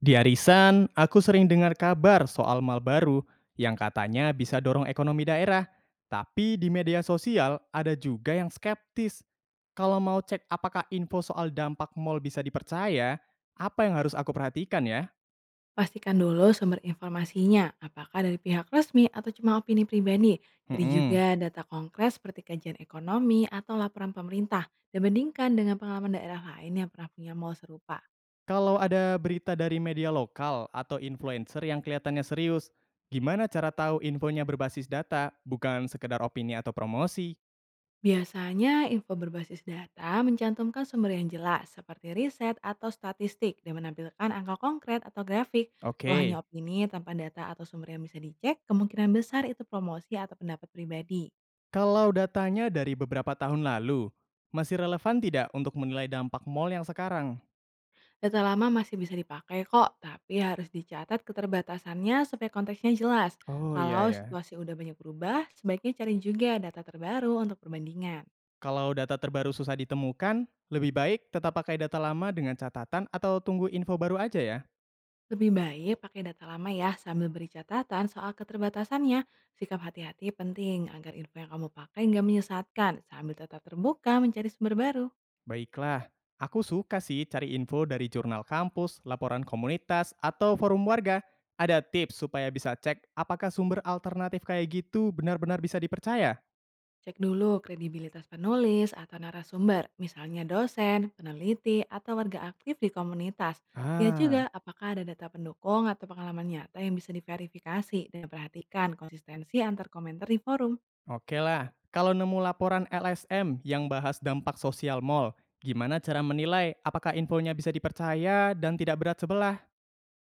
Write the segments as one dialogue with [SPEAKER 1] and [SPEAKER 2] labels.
[SPEAKER 1] Di arisan, aku sering dengar kabar soal mal baru yang katanya bisa dorong ekonomi daerah. Tapi di media sosial ada juga yang skeptis. Kalau mau cek apakah info soal dampak mal bisa dipercaya, apa yang harus aku perhatikan ya?
[SPEAKER 2] Pastikan dulu sumber informasinya, apakah dari pihak resmi atau cuma opini pribadi. Cari juga
[SPEAKER 1] Mm-mm.
[SPEAKER 2] data konkret seperti kajian ekonomi atau laporan pemerintah dan bandingkan dengan pengalaman daerah lain yang pernah punya mall serupa.
[SPEAKER 1] Kalau ada berita dari media lokal atau influencer yang kelihatannya serius, gimana cara tahu infonya berbasis data, bukan sekedar opini atau promosi?
[SPEAKER 2] Biasanya info berbasis data mencantumkan sumber yang jelas seperti riset atau statistik dan menampilkan angka konkret atau grafik. Kalau hanya
[SPEAKER 1] Oke.
[SPEAKER 2] opini tanpa data atau sumber yang bisa dicek, kemungkinan besar itu promosi atau pendapat pribadi.
[SPEAKER 1] Kalau datanya dari beberapa tahun lalu, masih relevan tidak untuk menilai dampak mall yang sekarang?
[SPEAKER 2] Data lama masih bisa dipakai kok, tapi harus dicatat keterbatasannya supaya konteksnya jelas.
[SPEAKER 1] Oh, iya
[SPEAKER 2] Kalau
[SPEAKER 1] ya.
[SPEAKER 2] situasi udah banyak berubah, sebaiknya cari juga data terbaru untuk perbandingan.
[SPEAKER 1] Kalau data terbaru susah ditemukan, lebih baik tetap pakai data lama dengan catatan atau tunggu info baru aja ya.
[SPEAKER 2] Lebih baik pakai data lama ya, sambil beri catatan soal keterbatasannya. Sikap hati-hati penting agar info yang kamu pakai nggak menyesatkan, sambil tetap terbuka mencari sumber baru.
[SPEAKER 1] Baiklah, aku suka sih cari info dari jurnal kampus, laporan komunitas, atau forum warga. Ada tips supaya bisa cek apakah sumber alternatif kayak gitu benar-benar bisa dipercaya?
[SPEAKER 2] Cek dulu kredibilitas penulis atau narasumber, misalnya dosen, peneliti, atau warga aktif di komunitas. Lihat juga
[SPEAKER 1] Ah,
[SPEAKER 2] apakah ada data pendukung atau pengalaman nyata yang bisa diverifikasi, dan perhatikan konsistensi antar komentar di forum.
[SPEAKER 1] oke lah, kalau nemu laporan LSM yang bahas dampak sosial mall, gimana cara menilai apakah infonya bisa dipercaya dan tidak berat sebelah?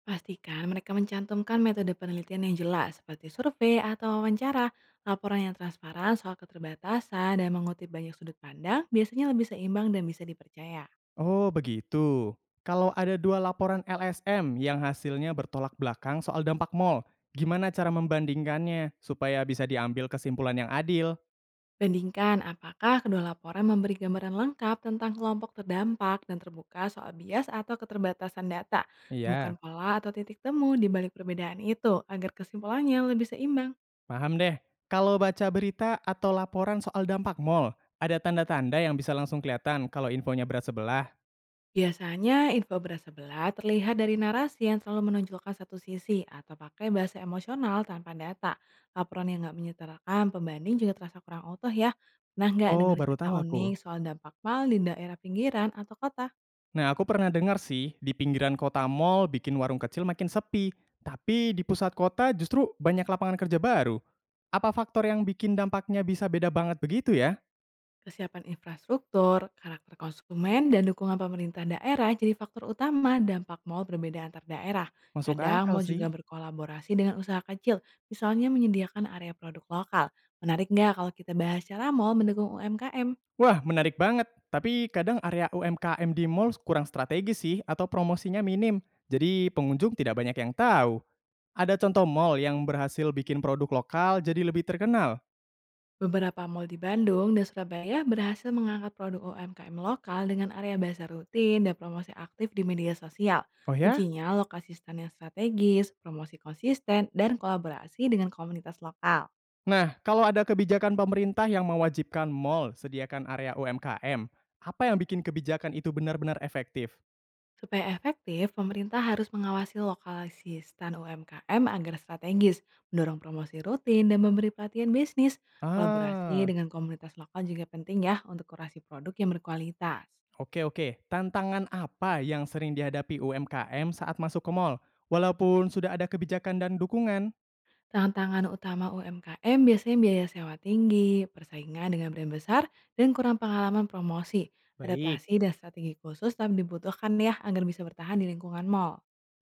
[SPEAKER 2] Pastikan mereka mencantumkan metode penelitian yang jelas seperti survei atau wawancara. Laporan yang transparan soal keterbatasan dan mengutip banyak sudut pandang biasanya lebih seimbang dan bisa dipercaya.
[SPEAKER 1] Oh begitu. Kalau ada dua laporan LSM yang hasilnya bertolak belakang soal dampak mall, gimana cara membandingkannya supaya bisa diambil kesimpulan yang adil?
[SPEAKER 2] Bandingkan apakah kedua laporan memberi gambaran lengkap tentang kelompok terdampak dan terbuka soal bias atau keterbatasan data. Temukan
[SPEAKER 1] Iya,
[SPEAKER 2] pola atau titik temu di balik perbedaan itu agar kesimpulannya lebih seimbang.
[SPEAKER 1] paham deh. Kalau baca berita atau laporan soal dampak mall, ada tanda-tanda yang bisa langsung kelihatan kalau infonya berat sebelah.
[SPEAKER 2] Biasanya info berasa belah terlihat dari narasi yang selalu menonjolkan satu sisi atau pakai bahasa emosional tanpa data. Laporan yang nggak menyetarakan pembanding juga terasa kurang utuh ya. Pernah nggak
[SPEAKER 1] Oh,
[SPEAKER 2] dengar
[SPEAKER 1] baru
[SPEAKER 2] cerita
[SPEAKER 1] tahu aku.
[SPEAKER 2] unik soal dampak mal di daerah pinggiran atau kota?
[SPEAKER 1] Nah, aku pernah dengar sih, di pinggiran kota mall bikin warung kecil makin sepi, tapi di pusat kota justru banyak lapangan kerja baru. Apa faktor yang bikin dampaknya bisa beda banget begitu ya?
[SPEAKER 2] Kesiapan infrastruktur, karakter konsumen, dan dukungan pemerintah daerah jadi faktor utama dampak mal berbeda antar daerah.
[SPEAKER 1] Masuk
[SPEAKER 2] Kadang
[SPEAKER 1] akal
[SPEAKER 2] mau juga
[SPEAKER 1] sih.
[SPEAKER 2] berkolaborasi dengan usaha kecil, misalnya menyediakan area produk lokal. Menarik nggak kalau kita bahas cara mal mendukung UMKM?
[SPEAKER 1] Wah, menarik banget. Tapi kadang area UMKM di mall kurang strategis sih atau promosinya minim. Jadi pengunjung tidak banyak yang tahu. Ada contoh mall yang berhasil bikin produk lokal jadi lebih terkenal.
[SPEAKER 2] Beberapa mal di Bandung dan Surabaya berhasil mengangkat produk UMKM lokal dengan area bahasa rutin dan promosi aktif di media sosial.
[SPEAKER 1] Oh ya?
[SPEAKER 2] Kuncinya lokasi stand yang strategis, promosi konsisten, dan kolaborasi dengan komunitas lokal.
[SPEAKER 1] Nah, kalau ada kebijakan pemerintah yang mewajibkan mall sediakan area UMKM, apa yang bikin kebijakan itu benar-benar efektif?
[SPEAKER 2] Supaya efektif, pemerintah harus mengawasi lokalisasi stan UMKM agar strategis, mendorong promosi rutin, dan memberi pelatihan bisnis. Kolaborasi
[SPEAKER 1] Ah,
[SPEAKER 2] dengan komunitas lokal juga penting ya, untuk kurasi produk yang berkualitas.
[SPEAKER 1] oke oke. Tantangan apa yang sering dihadapi UMKM saat masuk ke mall? Walaupun sudah ada kebijakan dan dukungan.
[SPEAKER 2] Tantangan utama UMKM biasanya biaya sewa tinggi, persaingan dengan brand besar, dan kurang pengalaman promosi.
[SPEAKER 1] Baik.
[SPEAKER 2] Adaptasi dan strategi khusus tetap dibutuhkan ya, agar bisa bertahan di lingkungan mall.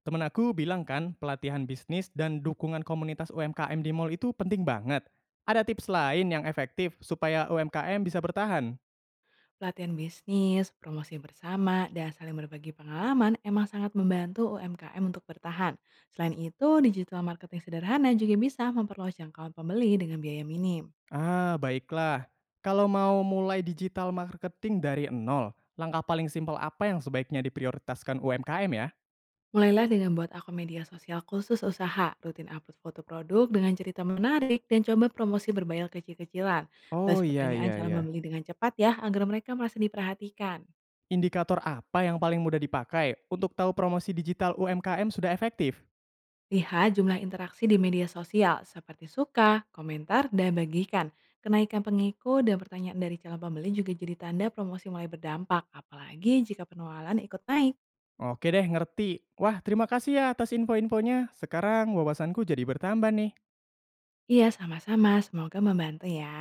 [SPEAKER 1] Temen aku bilang kan, pelatihan bisnis dan dukungan komunitas UMKM di mall itu penting banget. Ada tips lain yang efektif supaya UMKM bisa bertahan?
[SPEAKER 2] Pelatihan bisnis, promosi bersama, dan saling berbagi pengalaman emang sangat membantu UMKM untuk bertahan. Selain itu, digital marketing sederhana juga bisa memperluas jangkauan pembeli dengan biaya minim.
[SPEAKER 1] Ah, baiklah. Kalau mau mulai digital marketing dari nol, langkah paling simpel apa yang sebaiknya diprioritaskan UMKM ya?
[SPEAKER 2] Mulailah dengan buat akun media sosial khusus usaha, rutin upload foto produk dengan cerita menarik, dan coba promosi berbayar kecil-kecilan. Balas
[SPEAKER 1] Oh, iya
[SPEAKER 2] pertanyaan
[SPEAKER 1] iya
[SPEAKER 2] calon
[SPEAKER 1] iya.
[SPEAKER 2] pembeli dengan cepat ya, agar mereka merasa diperhatikan.
[SPEAKER 1] Indikator apa yang paling mudah dipakai untuk tahu promosi digital UMKM sudah efektif?
[SPEAKER 2] Lihat jumlah interaksi di media sosial seperti suka, komentar, dan bagikan. Kenaikan pengikut dan pertanyaan dari calon pembeli juga jadi tanda promosi mulai berdampak, apalagi jika penjualan ikut naik.
[SPEAKER 1] Oke deh, ngerti. Wah, terima kasih ya atas info-infonya. Sekarang wawasanku jadi bertambah nih.
[SPEAKER 2] Iya, sama-sama. Semoga membantu ya.